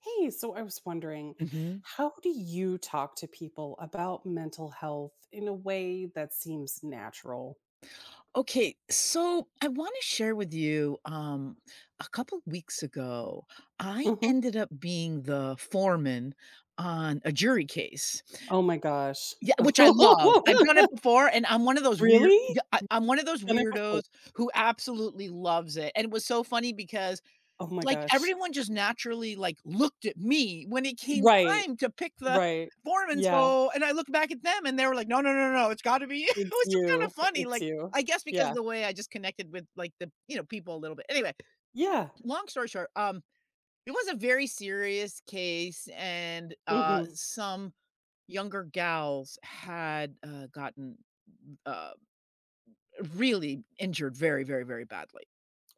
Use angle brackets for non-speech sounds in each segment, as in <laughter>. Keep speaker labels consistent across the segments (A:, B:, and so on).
A: Hey, so I was wondering,
B: Mhm.
A: how do you talk to people about mental health in a way that seems natural?
B: Okay, so I want to share with you, a couple weeks ago, I
A: Mhm.
B: ended up being the foreman on a jury case.
A: Oh my gosh.
B: Yeah,
A: <laughs>
B: which I love. I've done it before, and I'm one of those weird
A: Really?
B: yeah, I I'm one of those
A: Done it
B: weirdos
A: before.
B: who absolutely loves it, and it was so funny because
A: Oh my
B: like,
A: gosh.
B: everyone just naturally, like, looked at me when it came
A: Right,
B: time to pick the
A: right.
B: form, and
A: Yeah,
B: so and I looked back at them, and they were like, "No, no, no, no, it's gotta be you." <laughs> It
A: it's
B: was just kinda
A: you.
B: funny,
A: It's
B: like,
A: you.
B: I guess because
A: Yeah.
B: the way I just connected with, like, the people a little bit. Anyway,
A: Yeah.
B: long story short, it was a very serious case, and,
A: Mhm.
B: some younger gals had, gotten, uh, really injured very, very, very badly.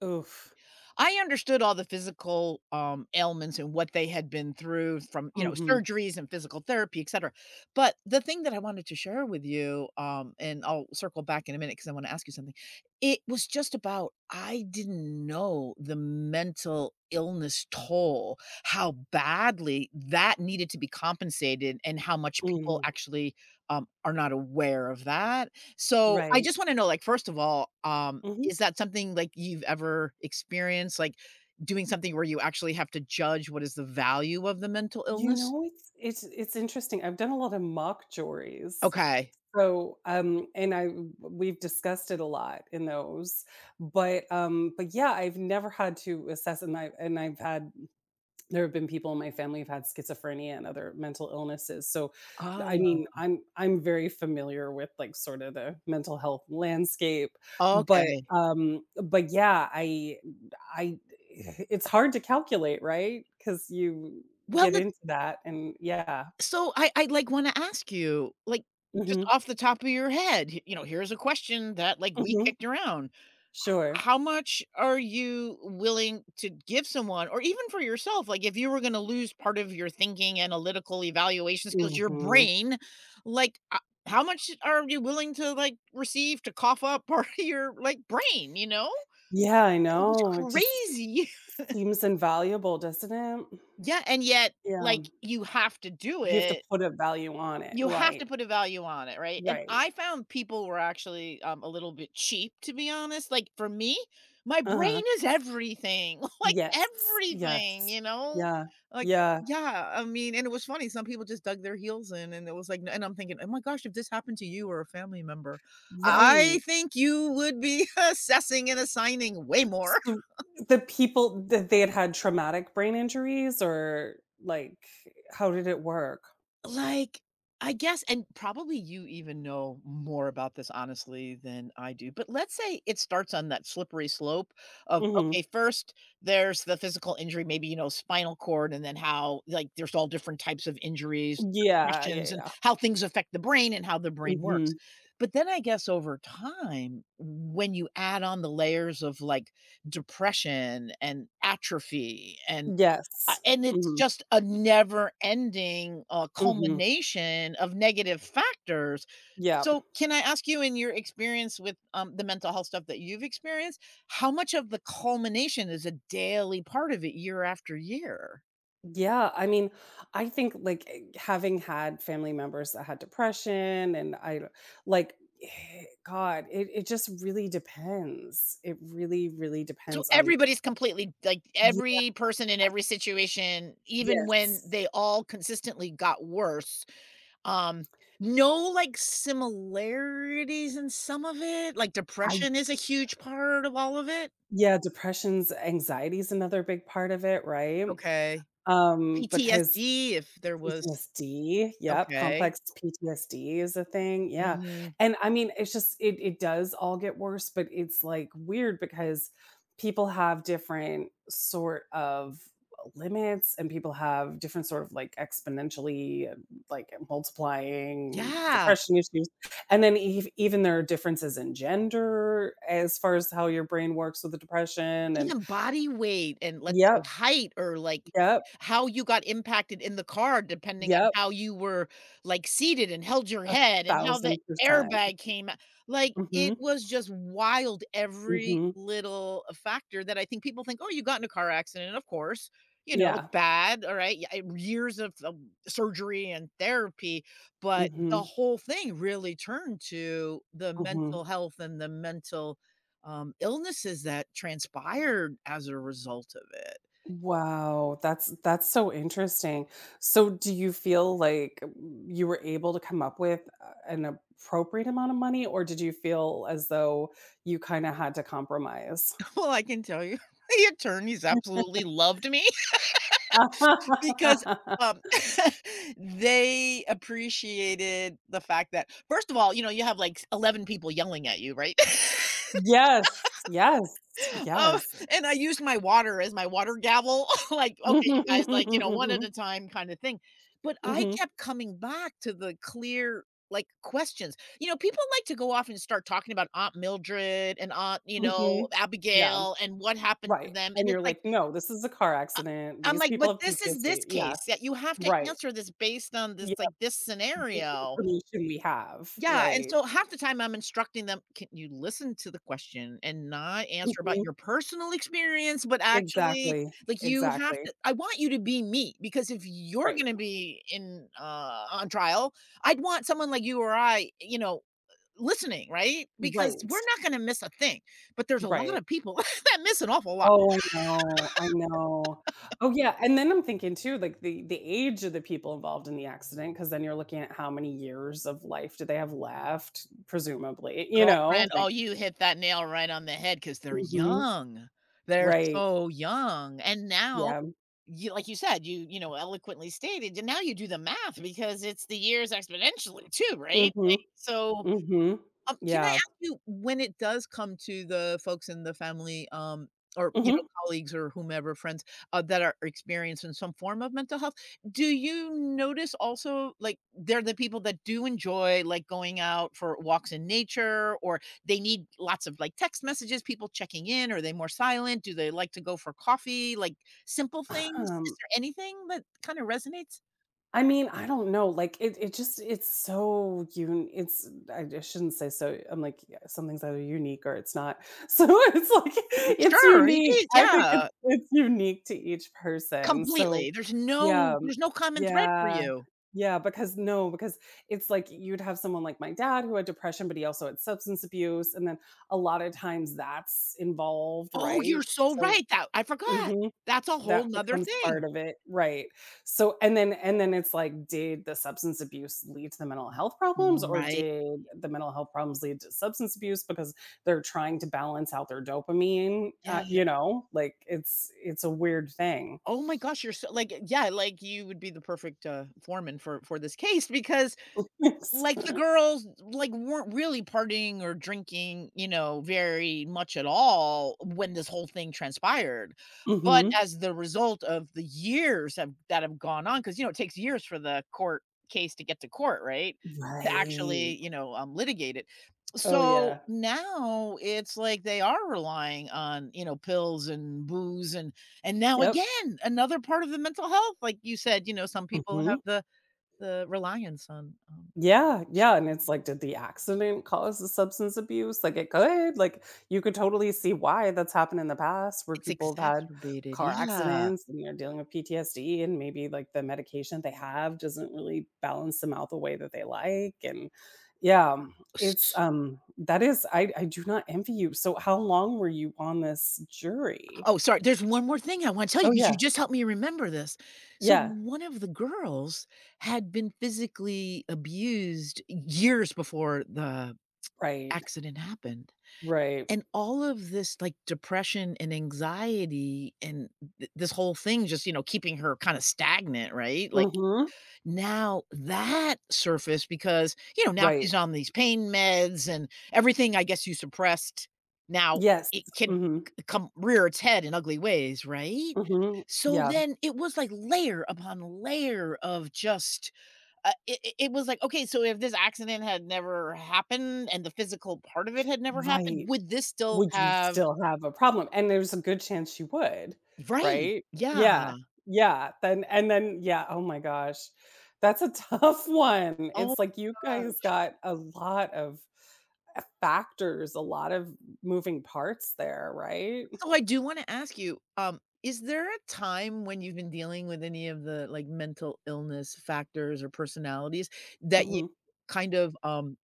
A: Oof.
B: I understood all the physical, ailments and what they had been through from, you know,
A: Mhm.
B: surgeries and physical therapy, et cetera. But the thing that I wanted to share with you, and I'll circle back in a minute because I wanna ask you something. It was just about I didn't know the mental illness toll, how badly that needed to be compensated and how much people
A: Mm.
B: actually, are not aware of that. So, I
A: Right.
B: just wanna know, like, first of all,
A: Mhm.
B: is that something, like, you've ever experienced, like, doing something where you actually have to judge what is the value of the mental
A: You
B: illness?
A: know, it's interesting. I've done a lot of mock juries.
B: Okay.
A: So, and I we've discussed it a lot in those, but yeah, I've never had to assess and I've had there have been people in my family who've had schizophrenia and other mental illnesses. So, I
B: Oh,
A: mean, I'm very familiar with, like, sort of the mental health landscape, but,
B: okay.
A: but yeah, I it's hard to calculate, right? Because you
B: Well,
A: get
B: it
A: into that and yeah.
B: so I, like, wanna ask you, like, just
A: Mhm.
B: off the top of your head, h you know, here's a question that, like, we
A: Mhm.
B: kicked around.
A: Sure.
B: How much are you willing to give someone, or even for yourself, like, if you were going to lose part of your thinking, analytical evaluation skills, your
A: Mhm.
B: brain, like, how much are you willing to, like, receive to cough up <laughs> part of your, like, brain, you know?
A: Yeah, I
B: It was
A: know. It just
B: crazy.
A: seems invaluable, doesn't it?
B: <laughs> Yeah, and yet, like,
A: Yeah.
B: you have to do
A: You have to
B: it.
A: put a value on it.
B: You have
A: Right.
B: to put a value on it, right? And
A: Right.
B: I found people were actually, a little bit cheap, to be honest. Like, for me, my
A: Uh-huh.
B: brain is everything, <laughs> like,
A: Yes.
B: everything,
A: Yes.
B: you know?
A: Yeah.
B: Like,
A: Yeah.
B: yeah, I mean, and it was funny, some people just dug their heels in, and it was like, and I'm thinking, "Oh my gosh, if this happened to you or a family member, I
A: Right.
B: think you would be <laughs> assessing and assigning way more."
A: So the people that they had had traumatic brain injuries or, like, how did it work?
B: Like, I guess, and probably you even know more about this honestly than I do, but let's say it starts on that slippery slope of,
A: Mhm.
B: okay, first there's the physical injury, maybe, you know, spinal cord, and then how, like, there's all different types of injuries,
A: Yeah, yeah,
B: concussions, and
A: yeah.
B: how things affect the brain and how the brain works.
A: Mhm.
B: But then I guess over time, when you add on the layers of, like, depression and atrophy and uh,
A: Yes.
B: and it's
A: Mhm.
B: just a never ending,
A: Mhm.
B: culmination of negative factors.
A: Yeah.
B: So, can I ask you, in your experience with, the mental health stuff that you've experienced, how much of the culmination is a daily part of it year after year?
A: Yeah, I mean, I think, like, having had family members that had depression and like God, it just really depends. It really, really
B: So
A: depends on
B: everybody's completely, like,
A: Ye-
B: every person in every situation, even when
A: yes.
B: they all consistently got worse, um, no, like, similarities in some of it? Like,
A: I
B: depression is a huge part of all of it?
A: yeah, depression's, anxiety's another big part of it, right?
B: Okay.
A: Because
B: PTSD if there was.
A: PTSD, yep,
B: Okay.
A: complex PTSD is a thing, yeah,
B: Mhm.
A: and I mean, it's just it does all get worse, but it's, like, weird because people have different sort of limits and people have different sort of, like, exponentially, like, multiplying
B: Yeah.
A: depression issues, and then even there are differences in gender as far as how your brain works with the depression and
B: Even body weight and, let's say,
A: yep,
B: height, or, like,
A: yep,
B: how you got impacted in the car depending on
A: yep,
B: how you were, like, seated and held your head and how the
A: 1,000%.
B: airbag came out. Like, it
A: Mhm,
B: was just wild, every
A: mhm.
B: little factor that I think people think, "Oh, you got in a car accident. And of course, you know, it's
A: Yeah.
B: bad." All right. Yeah, years of surgery and therapy. But the
A: Mhm.
B: whole thing really turned to the
A: Mhm.
B: mental health and the mental, illnesses that transpired as a result of it. <laughs>
A: Wow, that's so interesting. So do you feel like you were able to come up with a an appropriate amount of money, or did you feel as though you kinda had to compromise?
B: Well, I can tell you, <laughs> the attorneys absolutely loved me <laughs> because, um,
A: <laughs>
B: <laughs> they appreciated the fact that, first of all, you know, you have, like, 11 people yelling at you, right? <laughs>
A: Yes, yes,
B: Oh,
A: yes.
B: and I used my water as my water gavel, <laughs> like, "Okay, you
A: <laughs>
B: guys, like, you know, one at
A: Mhm,
B: a time kinda thing." But I
A: mhm,
B: kept coming back to the clear, like, questions. You know, people like to go off and start talking about Aunt Mildred and Aunt, you
A: mhm.
B: know,
A: Yeah,
B: Abigail and what happened to
A: right,
B: them,
A: and
B: and it's
A: you're
B: like,
A: like, "No, this is a car
B: uh
A: accident.
B: I'm
A: These
B: like,
A: people
B: "But
A: have
B: this is this
A: PTSD." Yeah,
B: case that you have to
A: right.
B: answer this based on, this, like, this
A: The
B: scenario."
A: information we have,
B: Yeah, and
A: right.
B: so half the time I'm instructing them, "Can you listen to the question and not answer about
A: Mhm.
B: your personal experience, but actually,
A: Exactly,
B: like, you have
A: exactly.
B: to I want you to be me, because if you're
A: Right,
B: gonna be in, on trial, I'd want someone like you or I, you know, listening, right? Because
A: right,
B: we're not gonna miss a thing, but there's a lot
A: right.
B: of people <laughs> that miss an awful lot."
A: Oh, I know, I know. Oh, yeah, and then I'm thinking too, like, the age of the people involved in the accident, because then you're looking at how many years of life do they have left, presumably, you know,
B: Girlfriend, oh,
A: like
B: you hit that nail right on the head, because 'cause they're
A: Mhm.
B: young. They're
A: Right.
B: so young, and now
A: Yeah.
B: you like you said, you eloquently stated, and now you do the math because it's the years exponentially too, right?
A: Mhm,
B: Like, so,
A: mhm.
B: can I
A: Yeah.
B: ask you, when it does come to the folks in the family, or, you know,
A: Mhm.
B: colleagues or whomever, friends, that are experiencing some form of mental health, do you notice also, like, they're the people that do enjoy, like, going out for walks in nature, or they need lots of, like, text messages, people checking in? Are they more silent? Do they like to go for coffee? Like, simple things? Is
A: Um
B: there anything that kinda resonates?
A: I mean, I don't know, like, it just it's so un it's I shouldn't say so. I'm like, yeah, something's either unique or it's not. <laughs> So, it's like, it's
B: Sure, it
A: unique.
B: is,
A: I think it's
B: yeah,
A: it's unique to each person, so
B: completely. There's no
A: yeah,
B: there's no common thread for
A: yeah,
B: you.
A: yeah, because no, because it's like you'd have someone like my dad who had depression, but he also had substance abuse, and then a lot of times that's involved,
B: Oh, you're
A: right?
B: so
A: So
B: right, that I forgot.
A: mhm.
B: That's a whole whole
A: That
B: 'nother
A: becomes
B: thing.
A: part of it, right. So and then it's like, did the substance abuse lead to the mental health problems, or
B: Right.
A: did the mental health problems lead to substance abuse because they're trying to balance out their dopamine,
B: Yeah.
A: you know, like, it's a weird thing.
B: Oh
A: <laughs>
B: my gosh, you're so, like, yeah, like, you would be the perfect, foreman for this case because,
A: Yes.
B: like, the girls, like, weren't really partying or drinking, you know, very much at all when this whole thing transpired, but
A: Mhm.
B: as the result of the years have that have gone on, because, you know, it takes years for the court case to get to court, right? To
A: Right.
B: actually, you know, litigate it.
A: Oh,
B: So,
A: yeah.
B: now it's like they are relying on, you know, pills and booze, and now
A: Yep.
B: again, another part of the mental health, like you said, you know, some people have
A: Mhm.
B: the reliance on,
A: Yeah, yeah, and it's like, did the accident cause the substance abuse? Like, it could. Like, you could totally see why that's happened in the past where
B: it's
A: people have had
B: exacerbated,
A: car
B: yeah.
A: accidents and they're dealing with PTSD, and maybe, like, the medication they have doesn't really balance them out the way that they like. And yeah, it's
B: S
A: that is I do not envy you. So how long were you on this jury?
B: Oh, sorry, there's one more thing I wanna tell you
A: Oh
B: because you
A: yeah.
B: just helped me remember this. So
A: Yeah.
B: one of the girls had been physically abused years before the
A: Right.
B: accident happened,
A: Right.
B: and all of this, like, depression and anxiety and th this whole thing just, you know, keeping her kinda stagnant, right? Like,
A: Mhm.
B: now that surfaced because, you know, now
A: Right.
B: she's on these pain meds and everything, I guess, you suppressed, now
A: Yes.
B: it can
A: Mhm.
B: c come rear its head in ugly ways, right?
A: Mhm.
B: So
A: Yeah.
B: then it was like layer upon layer of just, it was like, okay, so if this accident had never happened and the physical part of it had never happened,
A: Right.
B: would this still
A: Would you
B: have.
A: still have a problem? And there's a good chance you would,
B: Right,
A: right?
B: yeah,
A: Yeah. Yeah. Then and then yeah, oh my gosh. That's a tough <laughs> one.
B: oh.
A: It's like you guys got a lot of factors, a lot of moving parts there, right?
B: So I do wanna ask you, is there a time when you've been dealing with any of the, like, mental illness factors or personalities that you
A: Mhm.
B: kind of,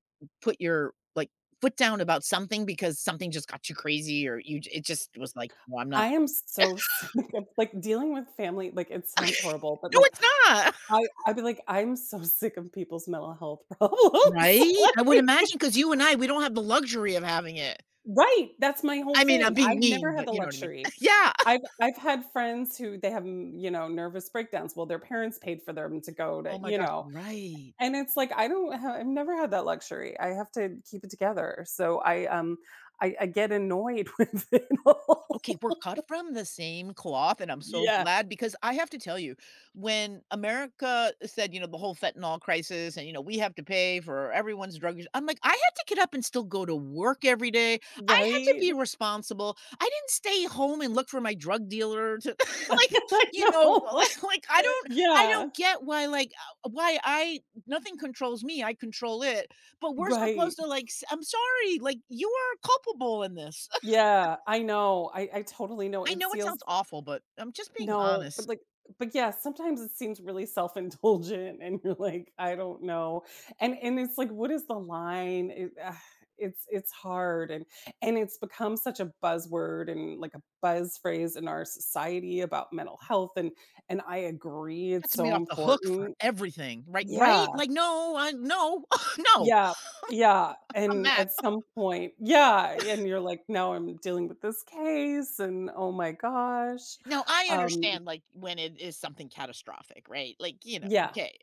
B: put your, like, foot down about something because something just got you crazy, or you j it just was like, "No, I'm not."
A: I am so <laughs> sick of, like, dealing with family, like, it
B: <laughs> Okay.
A: sounds horrible, but
B: No,
A: like
B: it's not. <laughs>
A: I'd be like, I'm so sick of people's mental health problems. <laughs>
B: Right? I would
A: Like
B: imagine, because you and I, we don't have the luxury of having it.
A: right, that's my whole
B: I mean, I'm
A: thing.
B: being
A: I've
B: mean,
A: never had
B: but
A: the
B: you know what I mean.
A: luxury.
B: <laughs> Yeah.
A: I've had friends who they have, mm, you know, nervous breakdowns. Well, their parents paid for them to go
B: Oh
A: to
B: my
A: you
B: gosh,
A: know,
B: right.
A: and it's like I don't ha I've never had that luxury. I have to keep it together. So I, I get annoyed <laughs> with it all.
B: Okay, we're cut from the same cloth, and I'm so
A: Yeah,
B: glad, because I have to tell you, when America said, you know, the whole fentanyl crisis and, you know, we have to pay for everyone's drug use, I'm like, I had to get up and still go to work every day. I had to
A: right?
B: be responsible. I didn't stay home and look for my drug dealer to <laughs> like,
A: <laughs> I
B: you know,
A: know.
B: <laughs> like, I
A: <laughs>
B: don't I
A: Yeah,
B: don't get why, like, why I nothing controls me, I control it. But we're supposed
A: right.
B: to, like, I'm sorry, like, you are culpable in this.
A: Yeah, I know. I totally know.
B: I
A: It
B: know it
A: seals
B: sounds awful, but I'm just being
A: no, but,
B: honest.
A: like but, yeah, sometimes it seems really self-indulgent, and you're like, "I don't know." And it's like, what is the line? It's hard, and it's become such a buzzword and, like, a buzz phrase in our society about mental health, and I agree, it's
B: Gets me
A: so
B: off the hook for
A: important.
B: everything, right
A: Yeah.
B: right? Like, no, I no, <laughs> no,
A: Yeah. Yeah,
B: I'm
A: and
B: mad.
A: at some point yeah, and you're like, "Now I'm dealing with this case, and oh my gosh."
B: Now I
A: Um,
B: understand, like, when it is something catastrophic, right? Like, you know,
A: yeah.
B: okay,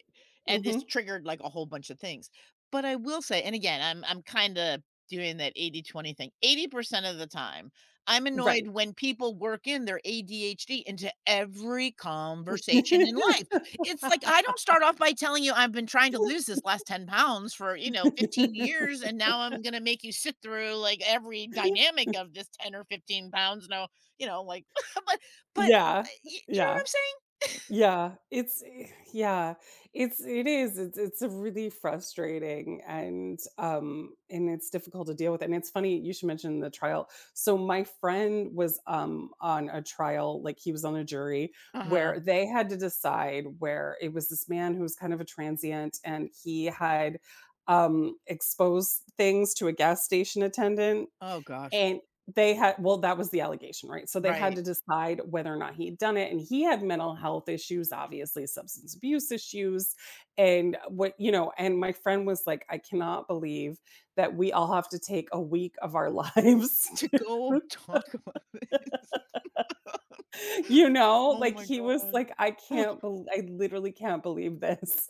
B: and this
A: Mhm.
B: triggered, like, a whole bunch of things. But I will say, and again, I'm kinda doing that 80/20 thing. 80% of the time, I'm annoyed
A: Right.
B: when people work in their ADHD into every conversation in life.
A: <laughs>
B: It's like, I don't start off by telling you, "I've been trying to lose this last 10 pounds for, you know, 15 years, and now I'm gonna make you sit through, like, every dynamic of this 10 or 15 pounds." No, you know, like, <laughs> but,
A: Yeah,
B: you know what
A: yeah,
B: I'm saying?
A: yeah, yeah, it's it is, it's really frustrating and it's difficult to deal with, and it's funny you should mention the trial. So my friend was, on a trial, like, he was on a jury
B: Uh-huh.
A: where they had to decide where it was this man who was kind of a transient and he had, exposed things to a gas station attendant.
B: Oh gosh.
A: And they had well, that was the allegation, right? So they had
B: Right.
A: to
B: <laughs>
A: decide whether or not he'd done it, and he had mental health issues, obviously substance abuse issues, and what you know, and my friend was like, "I cannot believe that we all have to take a week of our lives
B: To
A: <laughs>
B: go
A: to"
B: talk about this. <laughs>
A: <laughs> you know,
B: Oh
A: like,
B: my
A: he was
B: gosh.
A: like, "I
B: Oh
A: can't bel I literally can't believe this."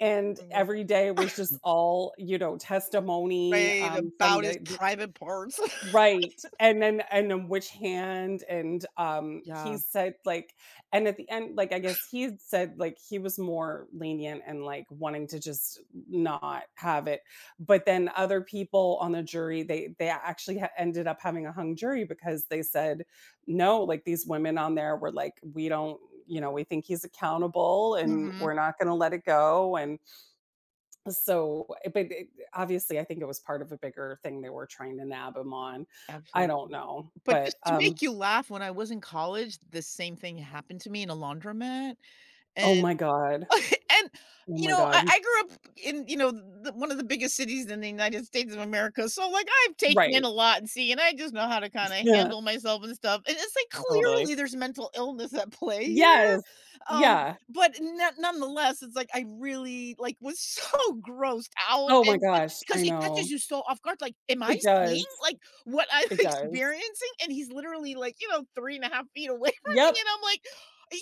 A: And
B: my
A: every day was just
B: god. <laughs>
A: all, you know, testimony,
B: Right,
A: from
B: about his
A: the
B: private parts. <laughs>
A: right, and then which hand, and, he
B: Yeah.
A: said, like and at the end, like, I guess he had said, like, he was more lenient and, like, wanting to just not have it, but then other people on the jury, they actually ha ended up having a hung jury because they said, "No," like, these women on there were like, "We don't" you know, "We think he's accountable, and
B: Mhm.
A: we're not gonna let it go," and so, but it, obviously, I think it was part of a bigger thing they were trying to nab him on. I don't
B: Absolutely.
A: know,
B: But
A: but
B: just to make you laugh, when I was in college, the same thing happened to me in a laundromat, and
A: oh my god,
B: <laughs> and,
A: oh
B: you
A: my
B: know, I
A: god,
B: I grew up in, you know, the one of the biggest cities in the United States of America, so, like, I've taken in
A: right?
B: a lot and see, and I just know how to
A: <laughs>
B: kinda
A: Yeah,
B: handle myself and stuff, and it's like,
A: totally.
B: clearly, there's mental illness at play here,
A: Yes,
B: um,
A: yeah.
B: but no nonetheless, it's like I really, like, was so <laughs> grossed out,
A: Oh my
B: and just
A: gosh,
B: because
A: I
B: it catches
A: know.
B: you so off guard, like, "Am I
A: It
B: seeing,
A: does.
B: like, what I'm <laughs>
A: It does.
B: experiencing?" And he's literally, like, you know, 3.5 feet away <laughs> from me,
A: Yep.
B: and I'm like,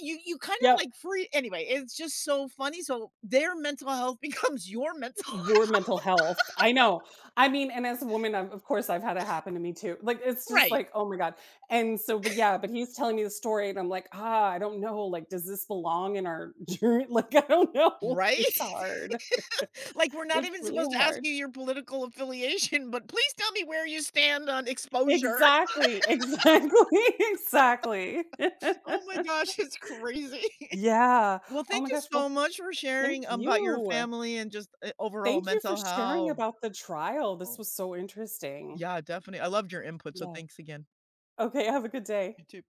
B: you kind of
A: Yep.
B: like free, anyway, it's just so funny, so their mental health <laughs> becomes your mental <laughs> health.
A: Your mental health. I know. I mean, and as a woman, I'm of course, I've had it happen to me too. Like, it's just
B: Right,
A: like, oh my god. And so, but yeah, but he's telling me the story, and I'm like, ah, I don't know. Like, does this belong in our journey? <laughs> Like, I don't know.
B: right?
A: It's
B: <laughs>
A: hard.
B: Like, we're not
A: It's
B: even
A: really
B: supposed to ask
A: hard.
B: you your political affiliation, but please tell me where you stand on exposure. <laughs>
A: Exactly. Exactly. <laughs> Exactly. <laughs>
B: Oh my gosh, it's crazy. <laughs>
A: Yeah.
B: Well,
A: Oh
B: thank
A: my
B: you
A: gosh.
B: so
A: Well,
B: much for
A: thank
B: sharing about your
A: you.
B: family and just, overall
A: Thank you for
B: mental
A: sharing
B: health.
A: about the trial. This
B: Oh,
A: was so interesting.
B: yeah, definitely. I loved your input, so
A: Yeah.
B: thanks again.
A: Okay. Have a good day.
B: You too.